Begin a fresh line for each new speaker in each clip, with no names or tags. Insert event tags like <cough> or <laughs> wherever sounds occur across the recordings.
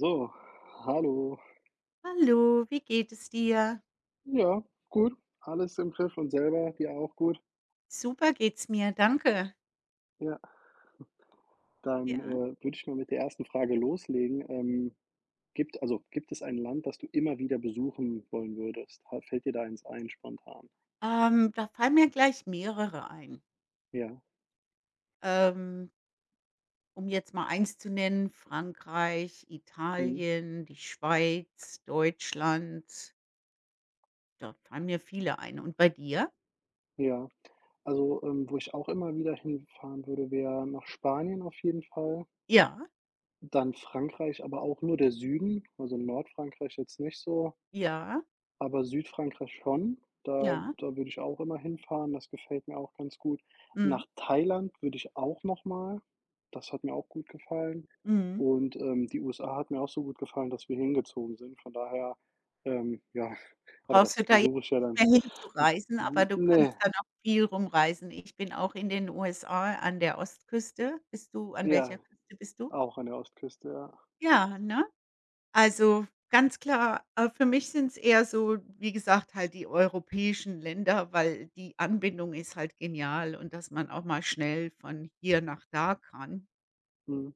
So, hallo.
Hallo, wie geht es dir?
Ja, gut, alles im Griff und selber dir auch gut?
Super geht's mir, danke.
Ja, dann,
Ja.
würde ich mal mit der ersten Frage loslegen. Gibt es ein Land, das du immer wieder besuchen wollen würdest? Ha, fällt dir da eins ein spontan?
Da fallen mir gleich mehrere ein.
Ja,
Ähm, Um jetzt mal eins zu nennen, Frankreich,
mhm,
Italien, die Schweiz, Deutschland. Da fallen mir viele ein. Und bei dir?
ja. Also, wo ich auch immer wieder hinfahren würde, wäre nach Spanien auf jeden Fall,
Ja,
dann Frankreich, aber auch nur der Süden, also Nordfrankreich jetzt nicht so.
ja,
Aber Südfrankreich schon, da
ja.
da würde ich auch immer hinfahren, das gefällt mir auch ganz gut.
Mhm,
Nach Thailand würde ich auch nochmal, das hat mir auch gut gefallen.
mhm.
Und, die USA hat mir auch so gut gefallen, dass wir hingezogen sind. Von daher, ja, <laughs> aber
Brauchst
das
du da jetzt
suche ich ja dann
nicht mehr <laughs> hinzureisen, aber
n
du kannst
ne,
da noch viel rumreisen. Ich bin auch in den USA an der Ostküste. Bist du an
ja,
welcher Küste Bist du?
auch an der Ostküste, ja.
Ja, ne? Also, ganz klar, für mich sind es eher so, wie gesagt, halt die europäischen Länder, weil die Anbindung ist halt genial und dass man auch mal schnell von hier nach da kann.
Mhm,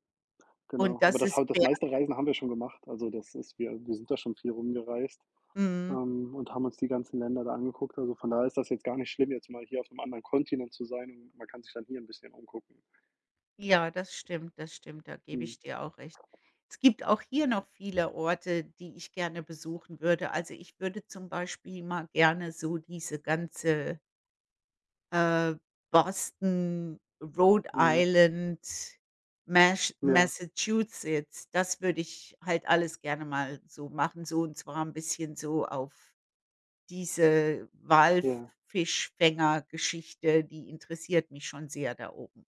genau.
Und
Aber
das
das
ist
halt das
Ber
meiste Reisen haben wir schon gemacht. Also, das ist wir sind da schon viel rumgereist.
mhm.
Und haben uns die ganzen Länder da angeguckt. Also, von daher ist das jetzt gar nicht schlimm, jetzt mal hier auf 'nem anderen Kontinent zu sein und man kann sich dann hier ein bisschen umgucken.
Ja, das stimmt, da gebe
Mhm,
ich dir auch recht. Es gibt auch hier noch viele Orte, die ich gerne besuchen würde. Also, ich würde zum Beispiel mal gerne so diese ganze Äh, Boston, Rhode
mhm.
Island, Masch
Ja,
Massachusetts, das würde ich halt alles gerne mal so machen, so und zwar ein bisschen so auf diese
ja,
Walffischfänger-Geschichte, die interessiert mich schon sehr da oben.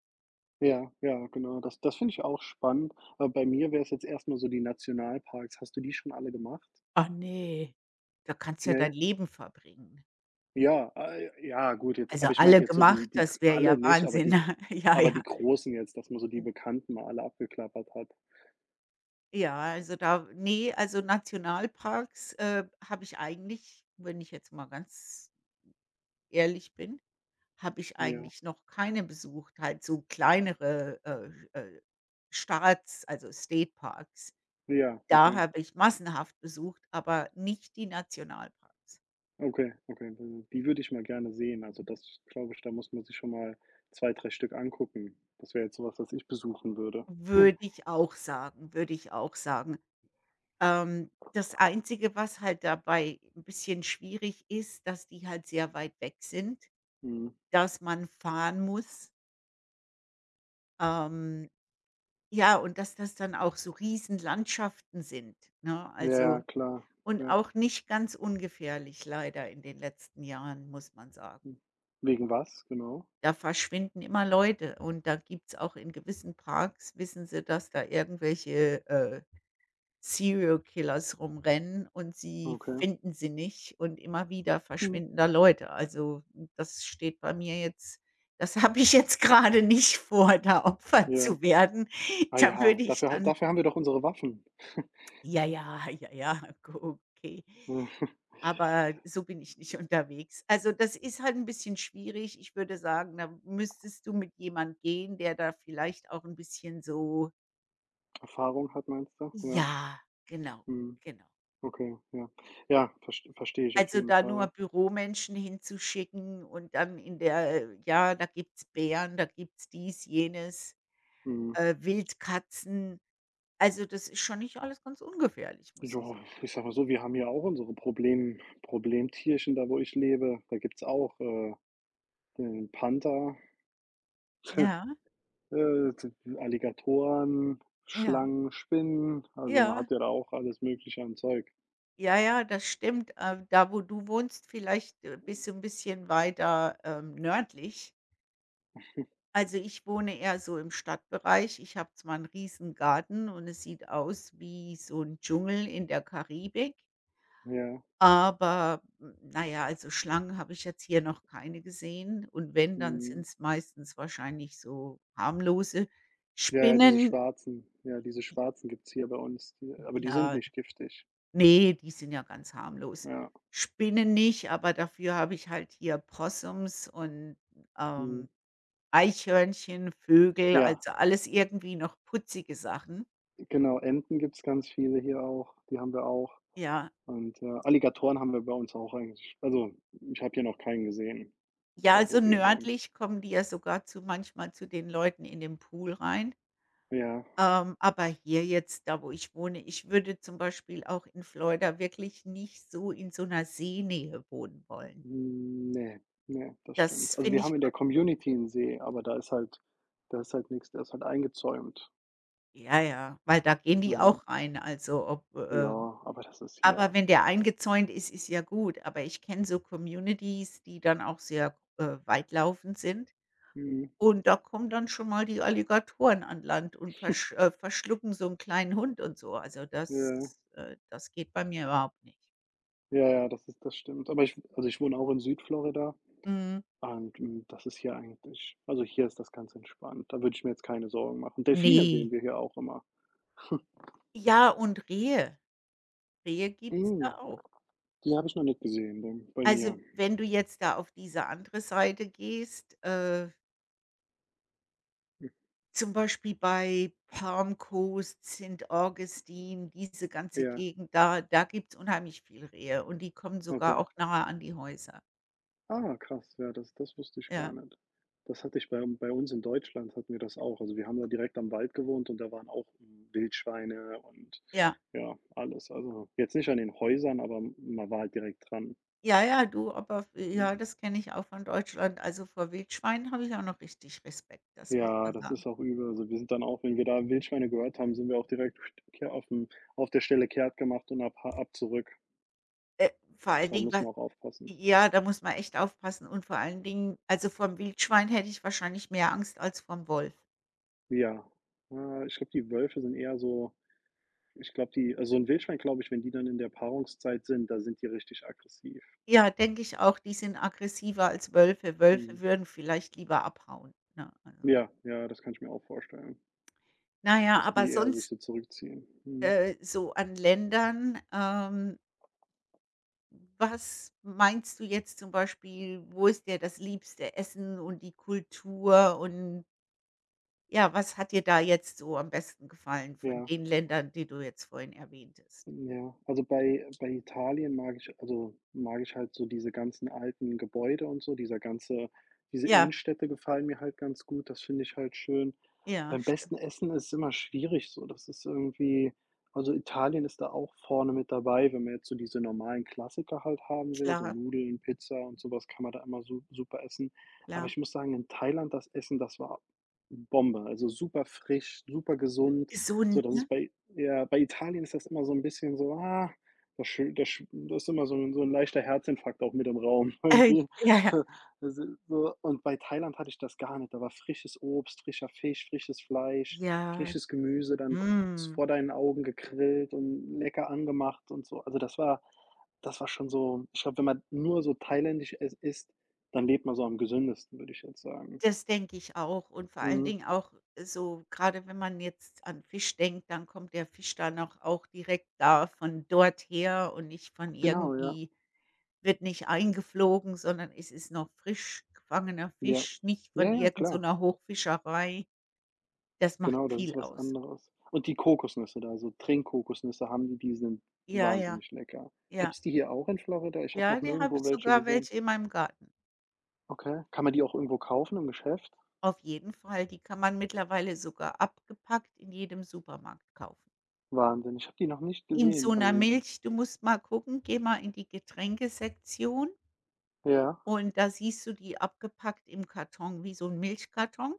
ja, ja, genau. Das finde ich auch spannend. Aber bei mir wäre es jetzt erst mal so die Nationalparks. Hast du die schon alle gemacht?
Ach ne. Da kannst ja dein
Ne?
Leben verbringen.
Ja, ah, ja, gut, jetzt
Also,
aber ich meinte
alle
jetzt so
gemacht,
die
das wäre
alle
ja
nicht,
Wahnsinn. <laughs> Ja,
aber die
ja.
großen jetzt, dass man so die Bekannten mal alle abgeklappert hat.
Ja, also da ne, also Nationalparks, habe ich eigentlich, wenn ich jetzt mal ganz ehrlich bin, habe ich
Ja,
eigentlich noch keine besucht, halt so kleinere, Staats also State Parks.
ja,
Da
okay.
habe ich massenhaft besucht, aber nicht die Nationalparks.
Okay, okay, die würde ich mal gerne sehen. Also, das glaube ich, da muss man sich schon mal 2, 3 Stück angucken. Das wäre jetzt sowas, was ich besuchen würde.
Würde
<laughs>
ich auch sagen, würde ich auch sagen. Das Einzige, was halt dabei ein bisschen schwierig ist, dass die halt sehr weit weg sind,
Mhm.
dass man fahren muss. Ähm, ja, und dass das dann auch so Riesenlandschaften sind, ne?
Ja, ja,
Also
klar.
und
Ja.
auch nicht ganz ungefährlich leider in den letzten Jahren, muss man sagen.
Hm. Wegen was genau?
Da verschwinden immer Leute und da gibt's auch in gewissen Parks wissen sie, dass da irgendwelche, Serial Killers rumrennen und sie
Okay.
finden sie nicht und immer wieder
Mhm.
verschwinden da Leute. Also, das steht bei mir jetzt das <laughs> habe ich jetzt gerade nicht vor, da Opfer
Ja.
zu werden.
Ah
Da
ja,
würde ich dann
dafür haben wir doch unsere Waffen.
Ja, ja, <laughs> ja, ja, go okay.
Ja. <laughs>
Aber so bin ich nicht unterwegs. Also, das ist halt ein bisschen schwierig. Ich würde sagen, da müsstest du mit jemand gehen, der da vielleicht auch ein bisschen so
Erfahrung hat, meinst du? Ja.
ja, genau,
Mhm.
genau.
Okay, ja. Ja, verstehe ich auf
Also,
jeden
da nur
Fall.
Büromenschen hinzuschicken und dann in der ja, da gibt's Bären, da gibt's dies, jenes,
Mhm.
Wildkatzen. Also, das ist schon nicht alles ganz ungefährlich, muss ich
Ja,
sagen.
ich sage mal so, wir haben hier auch unsere Problemtierchen da, wo ich lebe. Da gibt's auch, den Panther, <laughs> äh,
Ja,
Alligatoren,
ja,
Schlangen, Spinnen, also man
ja.
hat ja da auch alles Mögliche an Zeug.
Ja, ja, das stimmt. Da, wo du wohnst, vielleicht, bist du 'n bisschen weiter, nördlich. Also, ich wohne eher so im Stadtbereich. Ich habe zwar einen riesen Garten und es sieht aus wie so ein Dschungel in der Karibik,
Ja,
aber, na ja, also, Schlangen habe ich jetzt hier noch keine gesehen und wenn, dann sind
mhm.
es meistens wahrscheinlich so harmlose
Ja, ja, diese
Spinnen.
schwarzen, ja, diese schwarzen gibt's hier bei uns, die aber die sind
Ja,
nicht giftig.
nee, die sind ja ganz harmlos.
Ja,
Spinnen nicht, aber dafür habe ich halt hier Possums und,
mhm.
ähm, Eichhörnchen, Vögel,
Ja,
also alles irgendwie noch putzige Sachen.
genau, Enten gibt's ganz viele hier auch, die haben wir auch.
Ja.
Und, Alligatoren haben wir bei uns auch eigentlich. Also, ich habe hier noch keinen gesehen,
Ja,
da
also
wo wir wohnen.
nördlich kommen die ja sogar zu manchmal zu den Leuten in den Pool rein.
Ja.
Aber hier jetzt, da wo ich wohne ich würde zum Beispiel auch in Florida wirklich nicht so in so 'ner Seenähe wohnen wollen.
Hm, ne, ne, das stimmt.
Das
Also, wir
finde
haben
ich
in
ko
der Community 'n See, aber da ist halt nix, der ist halt eingezäunt.
ja, ja, weil da gehen die
Also,
auch rein, also ob,
ja, aber das ist
Aber
hier.
wenn der eingezäunt ist, ist ja gut. Aber ich kenne so Communities, die dann auch sehr, weitlaufend sind.
Mhm,
Und da kommen dann schon mal die Alligatoren an Land und verschlucken so 'n kleinen Hund und so. Also,
ja,
das das geht bei mir überhaupt nicht.
ja, ja, das ist das stimmt. Aber ich also, ich wohne auch in Südflorida
Mhm.
und, hm, das ist hier eigentlich also, hier ist das ganz entspannt. Da würde ich mir jetzt keine Sorgen machen.
Ne.
Delfine sehen wir hier auch immer. <laughs>
Ja, und Rehe. Rehe gibt's
Mhm,
da auch.
die habe ich noch nicht gesehen, dann bei mir.
Also, wenn du jetzt da auf diese andere Seite gehst,
Hm,
zum Beispiel bei Palm Coast, St. Augustine, diese ganze
ja,
Gegend da da gibt's unheimlich viel Rehe und die kommen sogar
okay.
auch nahe an die Häuser.
Ah, krass, ja, das das wusste ich gar
Ja,
nicht. Das hatte ich bei uns in Deutschland, hatten wir das auch. Also, wir haben da direkt am Wald gewohnt und da waren auch Wildschweine und
ja.
ja, alles. Also, jetzt nicht an den Häusern, aber man war halt direkt dran.
Ja, ja, du, aber f ja,
Mhm.
das kenne ich auch von Deutschland. Also, vor Wildschweinen habe ich auch noch richtig Respekt, das muss
Ja,
man
das ist
sagen.
auch übel. Also, wir sind dann auch, wenn wir da Wildschweine gehört haben, sind wir auch direkt <laughs> Ke aufm auf der Stelle kehrt gemacht und ab zurück.
Äh, vor allen
Da
Dingen,
muss
wa
man auch aufpassen.
ja, da muss man echt aufpassen und vor allen Dingen also, vorm Wildschwein hätte ich wahrscheinlich mehr Angst als vorm Wolf.
Ja, ich glaube, die Wölfe sind eher so. Ich glaube, die also, ein Wildschwein, glaube ich, wenn die dann in der Paarungszeit sind, da sind die richtig aggressiv.
Ja, denke ich auch, die sind aggressiver als Wölfe.
Mhm.
Wölfe würden vielleicht lieber abhauen, ne? Also,
Ja, ja, das kann ich mir auch vorstellen,
na ja,
dass
aber
die eher sich
sonst,
so zurückziehen. Mhm.
so an Ländern, was meinst du jetzt zum Beispiel, wo ist dir das liebste Essen und die Kultur und ja, was hat dir da jetzt so am besten gefallen von
Ja.
den Ländern, die du jetzt vorhin erwähntest?
Ja, also bei Italien mag ich also, mag ich halt so diese ganzen alten Gebäude und so, dieser ganze diese
Ja,
Innenstädte gefallen mir halt ganz gut, das finde ich halt schön.
ja,
Beim
stimmt.
besten Essen ist es immer schwierig so, das ist irgendwie also Italien ist da auch vorne mit dabei, wenn man jetzt so diese normalen Klassiker halt haben will, so
Klar,
Nudeln, Pizza und sowas kann man da immer su super essen. Aber
klar.
ich muss sagen, in Thailand das Essen, das war Bombe, also super frisch, super gesund. So,
Gesund,
das ist
ne?
bei ja, bei Italien ist das immer so 'n bisschen so, ah, da schö da sch da ist immer so 'n leichter Herzinfarkt auch mit im Raum <laughs>
<laughs>
irgendwie.
Ja, ja.
Also, so und bei Thailand hatte ich das gar nicht. Da war frisches Obst, frischer Fisch, frisches Fleisch,
Ja,
frisches Gemüse dann v
mhm.
vor deinen Augen gegrillt und lecker angemacht und so. Also, das war schon so ich glaube, wenn man nur so thailändisch es isst, dann lebt man so am gesündesten, würde ich jetzt sagen.
Das denke ich auch und vor allen
Mhm.
Dingen auch so gerade wenn man jetzt an Fisch denkt, dann kommt der Fisch dann auch auch direkt da von dort her und nicht von
Genau, ja.
irgendwie wird nicht eingeflogen, sondern es ist noch frisch gefangener
Ja.
Fisch, nicht von
Ja, ja,
irgend so
klar.
einer Hochfischerei. Das macht
Genau, das ist
viel
was
aus.
anderes. Und die Kokosnüsse da, so Trinkkokosnüsse haben die, die sind
Ja, ja,
wahnsinnig lecker.
ja.
Gibt's die hier auch in Florida? Ich habe noch
Ja, die habe
nirgendwo
ich
welche
sogar
gesehen.
welche in meinem Garten.
Okay. Kann man die auch irgendwo kaufen im Geschäft?
Auf jeden Fall, die kann man mittlerweile sogar abgepackt in jedem Supermarkt kaufen.
Wahnsinn, ich habe die noch nicht
In
gesehen.
so 'ner
Also
Milch du musst mal gucken, geh mal in die Getränkesektion
ja.
und da siehst du die abgepackt im Karton, wie so 'n Milchkarton.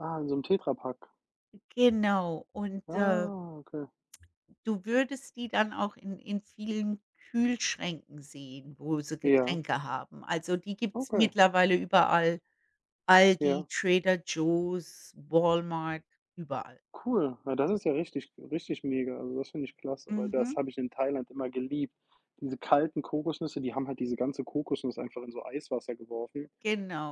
Ah, in so 'nem Tetrapack.
Genau und,
Ah, okay.
du würdest die dann auch in vielen Kühlschränken sehen, wo sie
Ja,
Getränke haben. Also, die gibt's
okay.
mittlerweile überall. Aldi,
Ja,
Trader Joe's, Walmart, überall.
cool. Ja, das ist ja richtig mega. Also, das finde ich klasse, weil das
Mhm,
habe ich in Thailand immer geliebt. Diese kalten Kokosnüsse, die haben halt diese ganze Kokosnuss einfach in so Eiswasser geworfen.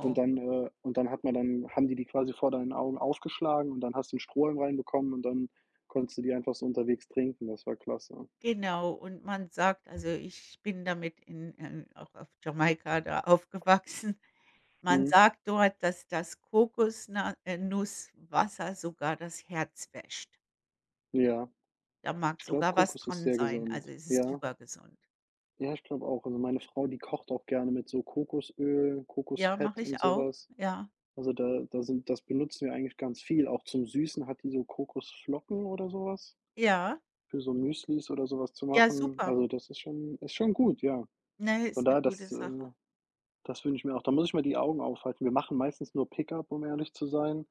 Und dann hat man dann haben die quasi vor deinen Augen aufgeschlagen und dann hast du 'n Strohhalm reinbekommen und dann konntest du die einfach so unterwegs trinken. Das war klasse.
Genau, und man sagt also, ich bin damit in auch auf Jamaika da <laughs> aufgewachsen. Man
Mhm.
sagt dort, dass das Kokosnusswasser sogar das Herz wäscht.
Ja,
Da mag
ich glaube,
sogar was
Kokos ist
dran
sehr
sein, also
gesund.
es ist
Ja.
super gesund.
Ja, ich glaube auch. Also, meine Frau, die kocht auch gerne mit so Kokosöl,
Ja,
Kokosfett
mache
und
ich
so
auch.
was.
Ja,
Also, da sind das benutzen wir eigentlich ganz viel. Auch zum Süßen hat die so Kokosflocken oder so was
ja,
für so Müslis oder so was zu
ja,
machen.
super.
Also, das ist schon gut, ja.
Ne,
Von
ist eine
daher,
gute
das,
Sache.
das wünsche ich mir auch. Da muss ich mir die Augen aufhalten. Wir machen meistens nur Pickup, um ehrlich zu sein,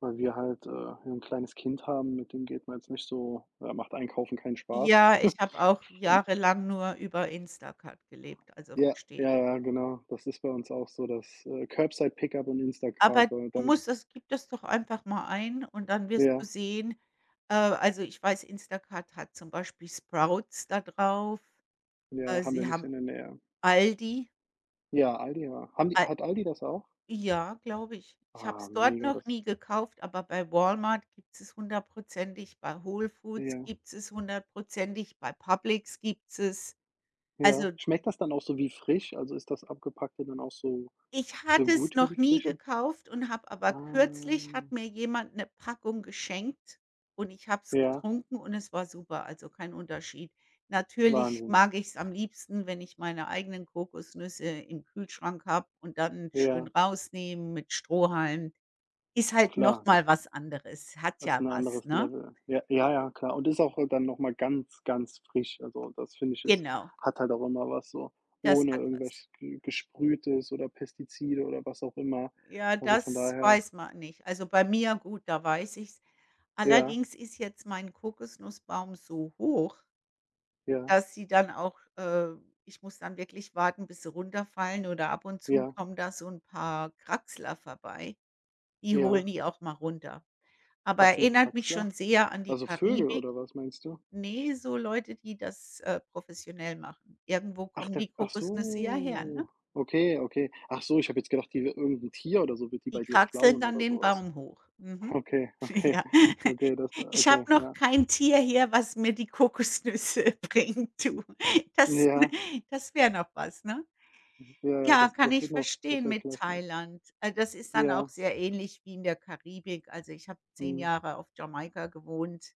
weil wir halt, ja kleines Kind haben, mit dem geht man jetzt nicht so ja, macht Einkaufen keinen Spaß.
Ja, ich habe auch jahrelang nur über Instacart gelebt, also
Ja,
verstehe ich.
ja, ja, genau. Das ist bei uns auch so, das, Curbside Pickup und
Aber
Instacart,
du
damit
musst das gib das doch einfach mal ein und dann wirst du
ja,
sehen also, ich weiß, Instacart hat zum Beispiel Sprouts da drauf.
ja, haben wir
Sie
nicht
haben
in der Nähe.
Aldi.
Ja, Aldi, ja. Haben die
Al
hat Aldi das auch?
ja, glaube ich. Ich habe
Ah,
es dort
mega,
noch
das
nie gekauft, aber bei Walmart gibt's es hundertprozentig, bei Whole Foods
ja,
gibt's es hundertprozentig, bei Publix gibt's es.
ja.
Also
Schmeckt das dann auch so wie frisch? Also, ist das Abgepackte dann auch so
ich
so
hatte es
gut wie
noch
die
nie
Frischen?
gekauft und habe aber kürzlich
Ah,
hat mir jemand 'ne Packung geschenkt und ich habe es
ja,
getrunken und es war super, also kein Unterschied. Natürlich
Wahnsinn.
mag ich's am liebsten, wenn ich meine eigenen Kokosnüsse im Kühlschrank habe und dann schön
Ja,
rausnehmen mit Strohhalm. Ist halt noch
klar,
mal was anderes, hat
das ist
ja
'n
was,
anderes
ne?
Level. Ja, ja, ja, klar. Und ist auch dann noch mal ganz, ganz frisch. Also, das finde ich, ist
Genau,
hat halt auch immer was so
das
ohne
hat was.
irgendwas ge Gesprühtes oder Pestizide oder was auch immer.
Ja,
Also, von
das
daher
weiß man nicht. Also, bei mir gut, da weiß ich's.
ja,
Allerdings ist jetzt mein Kokosnussbaum so hoch,
ja,
dass sie dann auch ich muss dann wirklich warten, bis sie runterfallen oder ab und zu
ja,
kommen da so ein paar Kraxler vorbei. Die holen
ja.
die auch mal runter. Aber
Was sind
erinnert mich
Kraxler?
schon sehr an die
Also, Vögel
Karibik.
oder was meinst du?
Ne, so Leute, die das, professionell machen. Irgendwo
Ach,
kommen
da
die
ach
Kokosnüsse ja her, ne?
so. Okay, okay. Ach so, ich habe jetzt gedacht, die irgend 'n Tier oder so wird die
Die
bei dir
kraxeln
klauen
dann
oder
den
so was.
Baum hoch. Mhm.
<laughs> Okay,
<laughs>
okay,
Ja.
okay, das
Ich habe
okay,
noch
ja.
kein Tier hier, was mir die Kokosnüsse <laughs> bringt, du.
J
Das
ja.
das wäre noch was, ne?
Ja, ja,
Ja,
das
kann
wird
ich
noch das
verstehen
wäre
mit
klasse.
Thailand. Das ist dann
Ja,
auch sehr ähnlich wie in der Karibik. Also, ich habe zehn
mhm,
Jahre auf Jamaika gewohnt.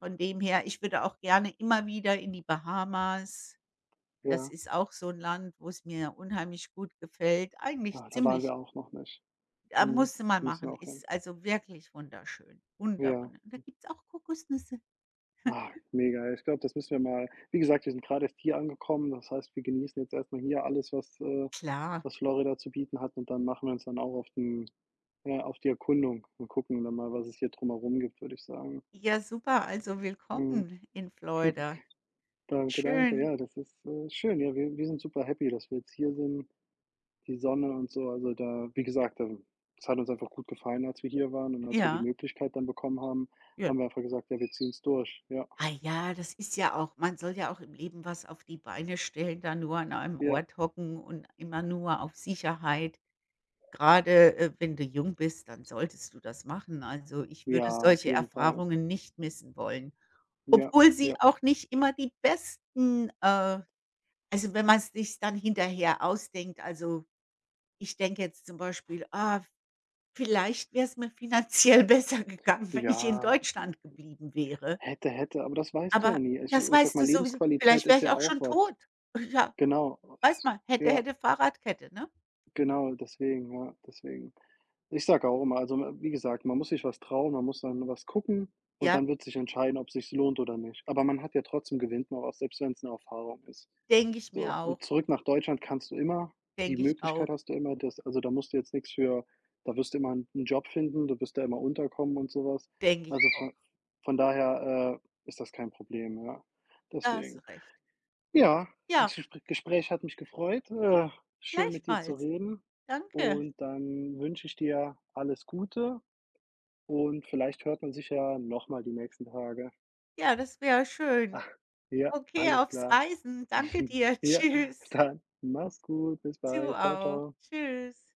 Von dem her, ich würde auch gerne immer wieder in die Bahamas. Das
ja.
ist auch so ein Land, wo es mir unheimlich gut gefällt. Eigentlich
Ah, da waren
ziemlich
wir auch noch nicht. Mhm,
musst mal
müssen wir
machen.
auch hin.
Ist also wirklich wunderschön. Wunder,
Ja.
wunder. Und da gibt's auch Kokosnüsse.
Ah, mega. Ich glaube, das müssen wir mal wie gesagt, wir sind gerade erst hier angekommen, das heißt, wir genießen jetzt erstmal hier alles, was
Klar.
was Florida zu bieten hat und dann machen wir uns dann auch auf den ja, auf die Erkundung und gucken dann mal, was es hier drumherum gibt, würde ich sagen.
Ja, super. Also,
Mhm,
willkommen in Florida.
danke, danke.
Schön.
Ja, das ist, schön. Ja, wir sind super happy, dass wir jetzt hier sind. Die Sonne und so. Also da, wie gesagt, da es hat uns einfach gut gefallen, als wir hier waren und als wir die
Ja.
Möglichkeit dann bekommen haben,
Ja.
haben wir einfach gesagt: „Ja, wir ziehen es durch.“ Ja,
Ah ja, das ist ja auch man soll ja auch im Leben was auf die Beine stellen, da nur an einem
ja,
Ort hocken und immer nur auf Sicherheit. Gerade wenn du jung bist, dann solltest du das machen. Also, ich würde
ja, auf
solche
jeden Fall.
Erfahrungen nicht missen wollen,
Ja,
obwohl sie
ja.
auch nicht immer die besten, also, wenn man es sich dann hinterher ausdenkt. Also, ich denke jetzt zum Beispiel: „Ah, vielleicht wäre es mir finanziell <laughs> besser gegangen, wenn ich in
Ja,
Deutschland geblieben wäre.
hätte, hätte, aber das weißt du ja
Aber
nie. Ich
das
ich sage
weißt du
mal,
sowieso
Lebensqualität
vielleicht wäre
ist
ich
ja
auch
auch
schon
was.
tot. <laughs> Ja,
Genau.
weiß man, hätte,
Ja,
hätte, Fahrradkette, ne?
genau, deswegen, ja, deswegen. Ich sage auch immer, also, wie gesagt, man muss sich was trauen, man muss dann was gucken und
Ja,
dann wird sich entscheiden, ob sich's lohnt oder nicht. Aber man hat ja trotzdem gewinnt man was, selbst wenn es eine Erfahrung ist.
denke ich mir
So,
auch,
und zurück nach Deutschland kannst du immer. Die
denke ich auch,
Möglichkeit hast du immer, das also, da musst du jetzt nichts für da wirst du immer einen Job finden, du wirst da immer unterkommen und sowas.
denke ich
Also,
auch.
von daher, ist das kein Problem, ja.
Da hast du
Deswegen.
recht.
Ja, das
Ja,
Gespräch hat mich gefreut. Schön mit dir zu
gleichfalls.
reden
Danke.
und dann wünsche ich dir alles Gute und vielleicht hört man sich ja noch mal die nächsten Tage.
Ja, das wäre schön.
<laughs> Ja,
Okay,
alles
aufs
klar.
Reisen. Danke
<laughs>
dir. <laughs>
Ja,
Tschüss.
dann mach's gut. Bis
Du
bald. Ciao,
auch.
ciao.
Tschüss.